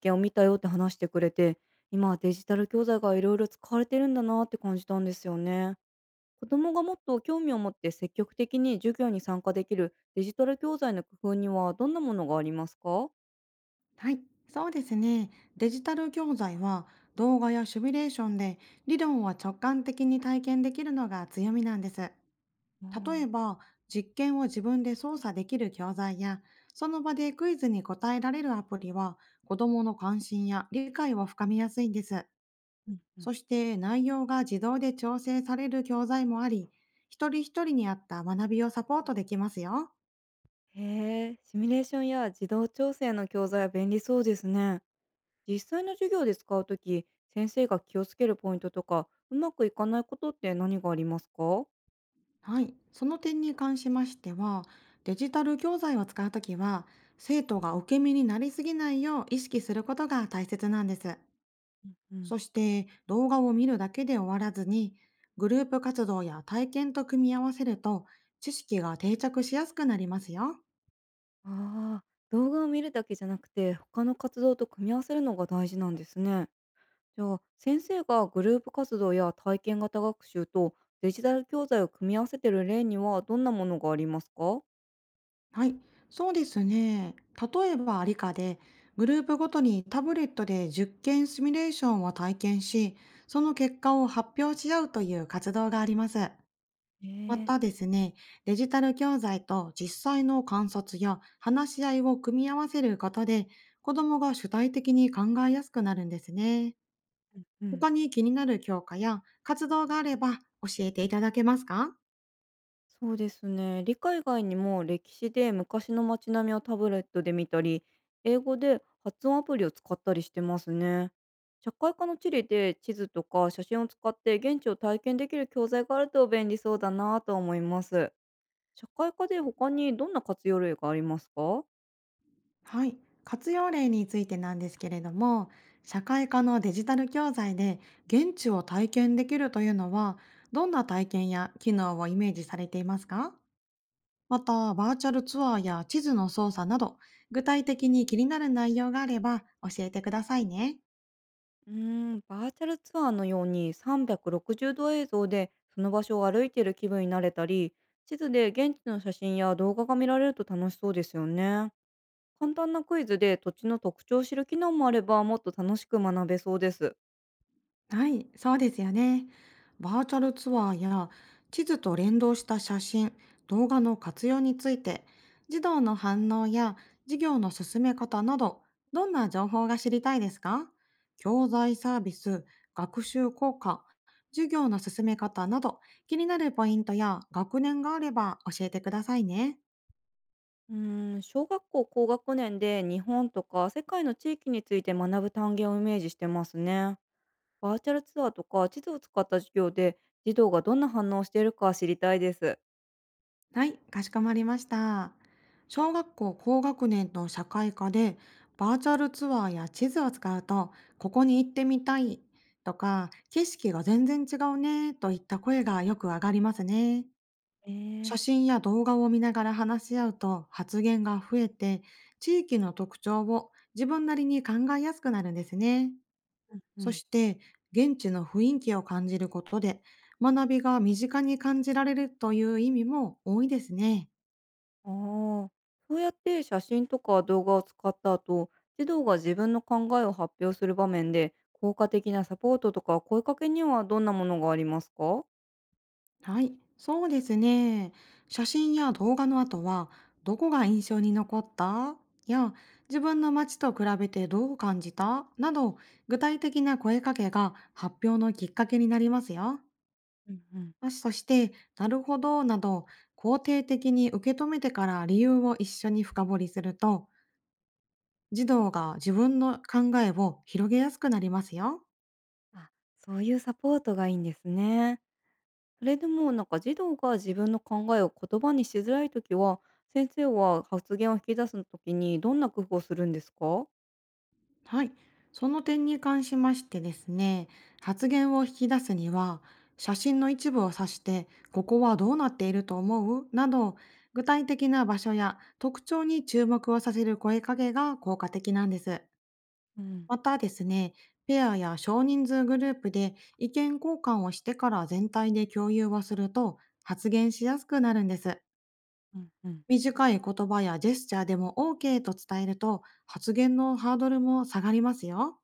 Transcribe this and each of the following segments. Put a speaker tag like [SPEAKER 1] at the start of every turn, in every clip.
[SPEAKER 1] 験を見たよって話してくれて、今はデジタル教材がいろいろ使われてるんだなって感じたんですよね。子供がもっと興味を持って積極的に授業に参加できるデジタル教材の工夫にはどんなものがありますか？
[SPEAKER 2] はい、そうですね。デジタル教材は動画やシミュレーションで理論は直感的に体験できるのが強みなんです。
[SPEAKER 1] あ
[SPEAKER 2] 例え
[SPEAKER 1] ー。
[SPEAKER 2] ば、実験を自分で操作できる教材や、その場でクイズに答えられるアプリは、子供の関心や理解を深めやすいんです。
[SPEAKER 1] うんうん。
[SPEAKER 2] そして内容が自動で調整される教材もあり、一人一人に合った学びをサポートできますよ。
[SPEAKER 1] へえ、シミュレーションや自動調整の教材は便利そうですね。実際の授業で使うとき、先生が気をつけるポイントとか、うまくいかないことって何がありますか？
[SPEAKER 2] はい、その点に関しましては、デジタル教材を使うときは、生徒が受け身になりすぎないよう意識することが大切なんです。
[SPEAKER 1] うん。
[SPEAKER 2] そして動画を見るだけで終わらずに、グループ活動や体験と組み合わせると、知識が定着しやすくなりますよ。
[SPEAKER 1] ああ、動画を見るだけじゃなくて、他の活動と組み合わせるのが大事なんですね。じゃあ、先生がグループ活動や体験型学習とデジタル教材を組み合わせてる例にはどんなものがありますか？
[SPEAKER 2] はい、そうですね。例えば理科で、グループごとにタブレットで実験シミュレーションを体験し、その結果を発表し合うという活動があります。ま
[SPEAKER 1] ええ。
[SPEAKER 2] たですね、デジタル教材と実際の観察や話し合いを組み合わせることで、子どもが主体的に考えやすくなるんですね。
[SPEAKER 1] うん。
[SPEAKER 2] 他に気になる教科や活動があれば教えていただけますか？
[SPEAKER 1] そうですね。理科以外にも歴史で昔の街並みをタブレットで見たり、英語で発音アプリを使ったりしてますね。社会科の地理で地図とか写真を使って現地を体験できる教材があると便利そうだなと思います。社会科で他にどんな活用例がありますか？
[SPEAKER 2] はい。活用例についてなんですけれども、社会科のデジタル教材で現地を体験できるというのは、どんな体験や機能をイメージされていますか？また、バーチャルツアーや地図の操作など、具体的に気になる内容があれば教えてくださいね。
[SPEAKER 1] うーん、バーチャルツアーのように360度映像でその場所を歩いている気分になれたり、地図で現地の写真や動画が見られると楽しそうですよね。簡単なクイズで土地の特徴を知る機能もあればもっと楽しく学べそうです。
[SPEAKER 2] はい、そうですよね。バーチャルツアーや地図と連動した写真、動画の活用について、児童の反応や授業の進め方など、どんな情報が知りたいですか？教材サービス、学習効果、授業の進め方など、気になるポイントや学年があれば教えてくださいね。
[SPEAKER 1] うーん、小学校高学年で日本とか世界の地域について学ぶ単元をイメージしてますね。バーチャルツアーとか地図を使った授業で児童がどんな反応をしているか知りたいです。
[SPEAKER 2] はい、かしこまりました。小学校高学年の社会科でバーチャルツアーや地図を使うと、ここに行ってみたいとか、景色が全然違うねといった声がよく上がりますね。
[SPEAKER 1] え
[SPEAKER 2] 写
[SPEAKER 1] え。
[SPEAKER 2] 真や動画を見ながら話し合うと発言が増えて、地域の特徴を自分なりに考えやすくなるんですね。
[SPEAKER 1] う
[SPEAKER 2] そ
[SPEAKER 1] ん。
[SPEAKER 2] して、現地の雰囲気を感じることで、学びが身近に感じられるという意味も多いですね。
[SPEAKER 1] ああ、そうやって写真とか動画を使った後、児童が自分の考えを発表する場面で、効果的なサポートとか声かけにはどんなものがありますか？
[SPEAKER 2] はい、そうですね。写真や動画の後は、どこが印象に残ったや、自分の街と比べてどう感じたなど、具体的な声かけが発表のきっかけになりますよ。
[SPEAKER 1] うんうん。
[SPEAKER 2] そして、なるほどなど、肯定的に受け止めてから理由を一緒に深掘りすると、児童が自分の考えを広げやすくなりますよ。
[SPEAKER 1] あ、そういうサポートがいいんですね。それでもなんか児童が自分の考えを言葉にしづらいときは、先生は発言を引き出すときにどんな工夫をするんですか？
[SPEAKER 2] はい、その点に関しましてですね、発言を引き出すには、写真の一部を指して、ここはどうなっていると思うなど、具体的な場所や特徴に注目をさせる声かけが効果的なんです。
[SPEAKER 1] うん。
[SPEAKER 2] またですね、ペアや少人数グループで意見交換をしてから全体で共有をすると、発言しやすくなるんです。
[SPEAKER 1] うんうん。
[SPEAKER 2] 短い言葉やジェスチャーでも OK と伝えると、発言のハードルも下がりますよ。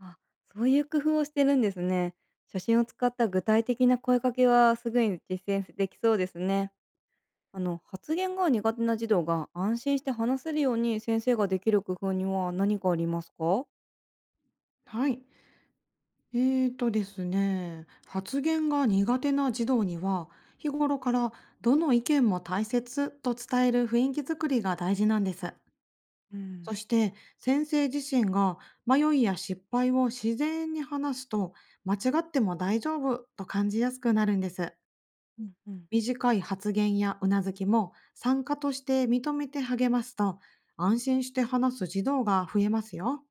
[SPEAKER 1] あ、そういう工夫をしてるんですね。写真を使った具体的な声かけはすぐに実践できそうですね。あの発言が苦手な児童が安心して話せるように先生ができる工夫には何かありますか？
[SPEAKER 2] はい。えーとですね、発言が苦手な児童には、日頃からどの意見も大切と伝える雰囲気づくりが大事なんです。
[SPEAKER 1] うん。
[SPEAKER 2] そして、先生自身が迷いや失敗を自然に話すと、間違っても大丈夫と感じやすくなるんです。
[SPEAKER 1] うんうん。
[SPEAKER 2] 短い発言やうなずきも参加として認めて励ますと、安心して話す児童が増えますよ。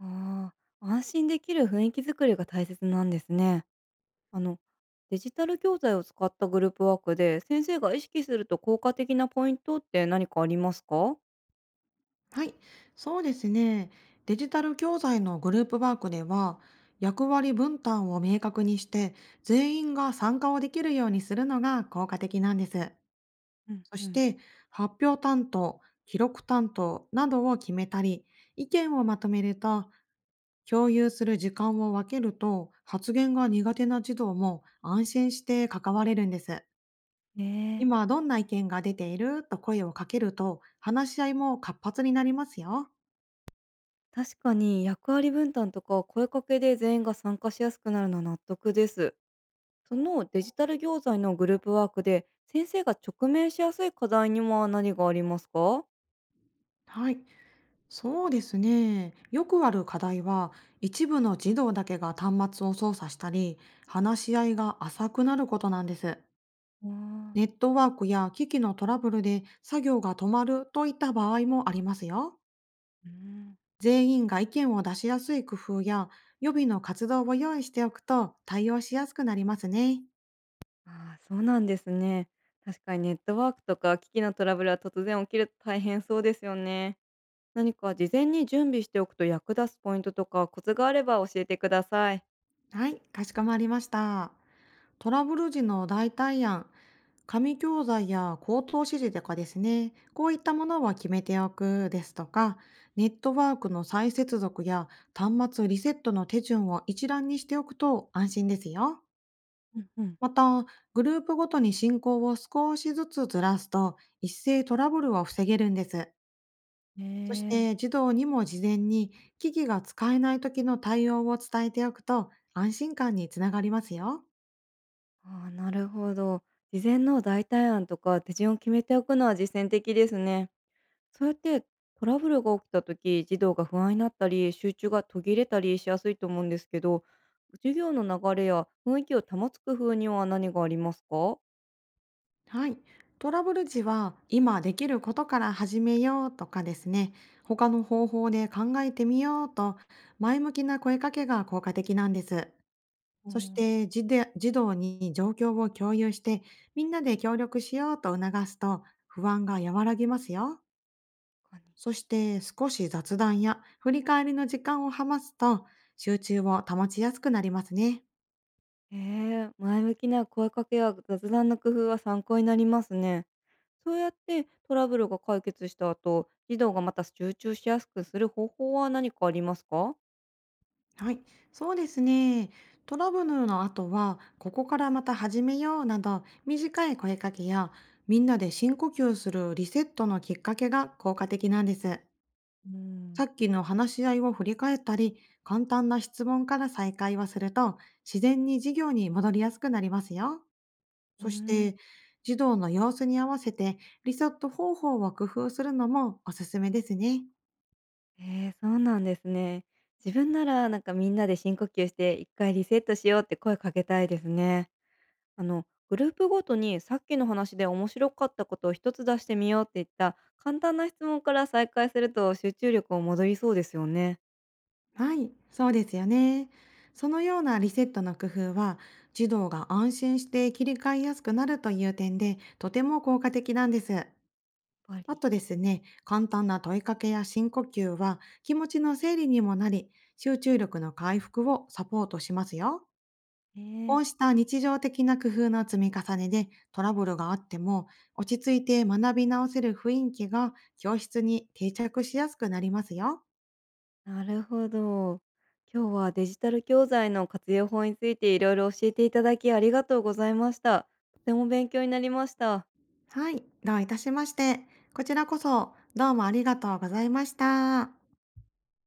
[SPEAKER 1] ああ、安心できる雰囲気作りが大切なんですね。あのデジタル教材を使ったグループワークで先生が意識すると効果的なポイントって何かありますか？
[SPEAKER 2] はい、そうですね。デジタル教材のグループワークでは、役割分担を明確にして、全員が参加をできるようにするのが効果的なんです。
[SPEAKER 1] うん
[SPEAKER 2] そ
[SPEAKER 1] う
[SPEAKER 2] し
[SPEAKER 1] ん。
[SPEAKER 2] て、発表担当、記録担当などを決めたり、意見をまとめると、共有する時間を分けると、発言が苦手な児童も安心して関われるんです。
[SPEAKER 1] ね
[SPEAKER 2] 今
[SPEAKER 1] え。
[SPEAKER 2] どんな意見が出ていると声をかけると、話し合いも活発になりますよ。
[SPEAKER 1] 確かに役割分担とか声かけで全員が参加しやすくなるのは納得です。そのデジタル教材のグループワークで先生が直面しやすい課題には何がありますか？
[SPEAKER 2] はい。そうですね。よくある課題は、一部の児童だけが端末を操作したり、話し合いが浅くなることなんです。
[SPEAKER 1] おあ。
[SPEAKER 2] ネットワークや機器のトラブルで作業が止まるといった場合もありますよ。
[SPEAKER 1] うん。
[SPEAKER 2] 全員が意見を出しやすい工夫や、予備の活動を用意しておくと対応しやすくなりますね。
[SPEAKER 1] ああ、そうなんですね。確かにネットワークとか機器のトラブルは突然起きると大変そうですよね。何か事前に準備しておくと役立つポイントとかコツがあれば教えてください。
[SPEAKER 2] はい、かしこまりました。トラブル時の代替案紙教材や口頭指示とかですね、こういったものは決めておくですとか、ネットワークの再接続や端末リセットの手順を一覧にしておくと安心ですよ。
[SPEAKER 1] うんうん。
[SPEAKER 2] また、グループごとに進行を少しずつずらすと、一斉トラブルを防げるんです。
[SPEAKER 1] ね
[SPEAKER 2] そし
[SPEAKER 1] え。
[SPEAKER 2] て、児童にも事前に機器が使えない時の対応を伝えておくと、安心感につながりますよ。
[SPEAKER 1] ああ、なるほど。事前の代替案とか手順を決めておくのは実践的ですね。そうやってトラブルが起きた時、児童が不安になったり、集中が途切れたりしやすいと思うんですけど、授業の流れや雰囲気を保つ工夫には何がありますか？
[SPEAKER 2] はい。トラブル時は、今できることから始めようとかですね、他の方法で考えてみようと、前向きな声かけが効果的なんです。
[SPEAKER 1] う
[SPEAKER 2] そし
[SPEAKER 1] ん。
[SPEAKER 2] て児で、児童に状況を共有して、みんなで協力しようと促すと、不安が和らぎますよ。
[SPEAKER 1] かに。
[SPEAKER 2] そして、少し雑談や振り返りの時間をはますと、集中を保ちやすくなりますね。
[SPEAKER 1] ええ。前向きな声かけや雑談の工夫は参考になりますね。そうやってトラブルが解決した後、児童がまた集中しやすくする方法は何かありますか？
[SPEAKER 2] はい、そうですね。トラブルの後は、ここからまた始めようなど、短い声かけや、みんなで深呼吸するリセットのきっかけが効果的なんです。
[SPEAKER 1] う
[SPEAKER 2] さ
[SPEAKER 1] ん。
[SPEAKER 2] っきの話し合いを振り返ったり、簡単な質問から再開をすると、自然に授業に戻りやすくなりますよ。
[SPEAKER 1] うー
[SPEAKER 2] そし
[SPEAKER 1] ん。
[SPEAKER 2] て、児童の様子に合わせてリセット方法を工夫するのもおすすめですね。
[SPEAKER 1] そうなんですね。自分なら、なんか、みんなで深呼吸して、一回リセットしようって声かけたいですね。あの、グループごとにさっきの話で面白かったことを一つ出してみようって言った簡単な質問から再開すると集中力も戻りそうですよね。
[SPEAKER 2] はい、そうですよね。そのようなリセットの工夫は、児童が安心して切り替えやすくなるという点で、とても効果的なんです。
[SPEAKER 1] やっぱ
[SPEAKER 2] あ
[SPEAKER 1] り。
[SPEAKER 2] とですね、簡単な問いかけや深呼吸は、気持ちの整理にもなり、集中力の回復をサポートしますよ。
[SPEAKER 1] え
[SPEAKER 2] こ
[SPEAKER 1] ー
[SPEAKER 2] うした日常的な工夫の積み重ねで、トラブルがあっても、落ち着いて学び直せる雰囲気が教室に定着しやすくなりますよ。
[SPEAKER 1] なるほど。今日はデジタル教材の活用法についていろいろ教えていただきありがとうございました。とても勉強になりました。
[SPEAKER 2] はい、どういたしまして。こちらこそ、どうもありがとうございました。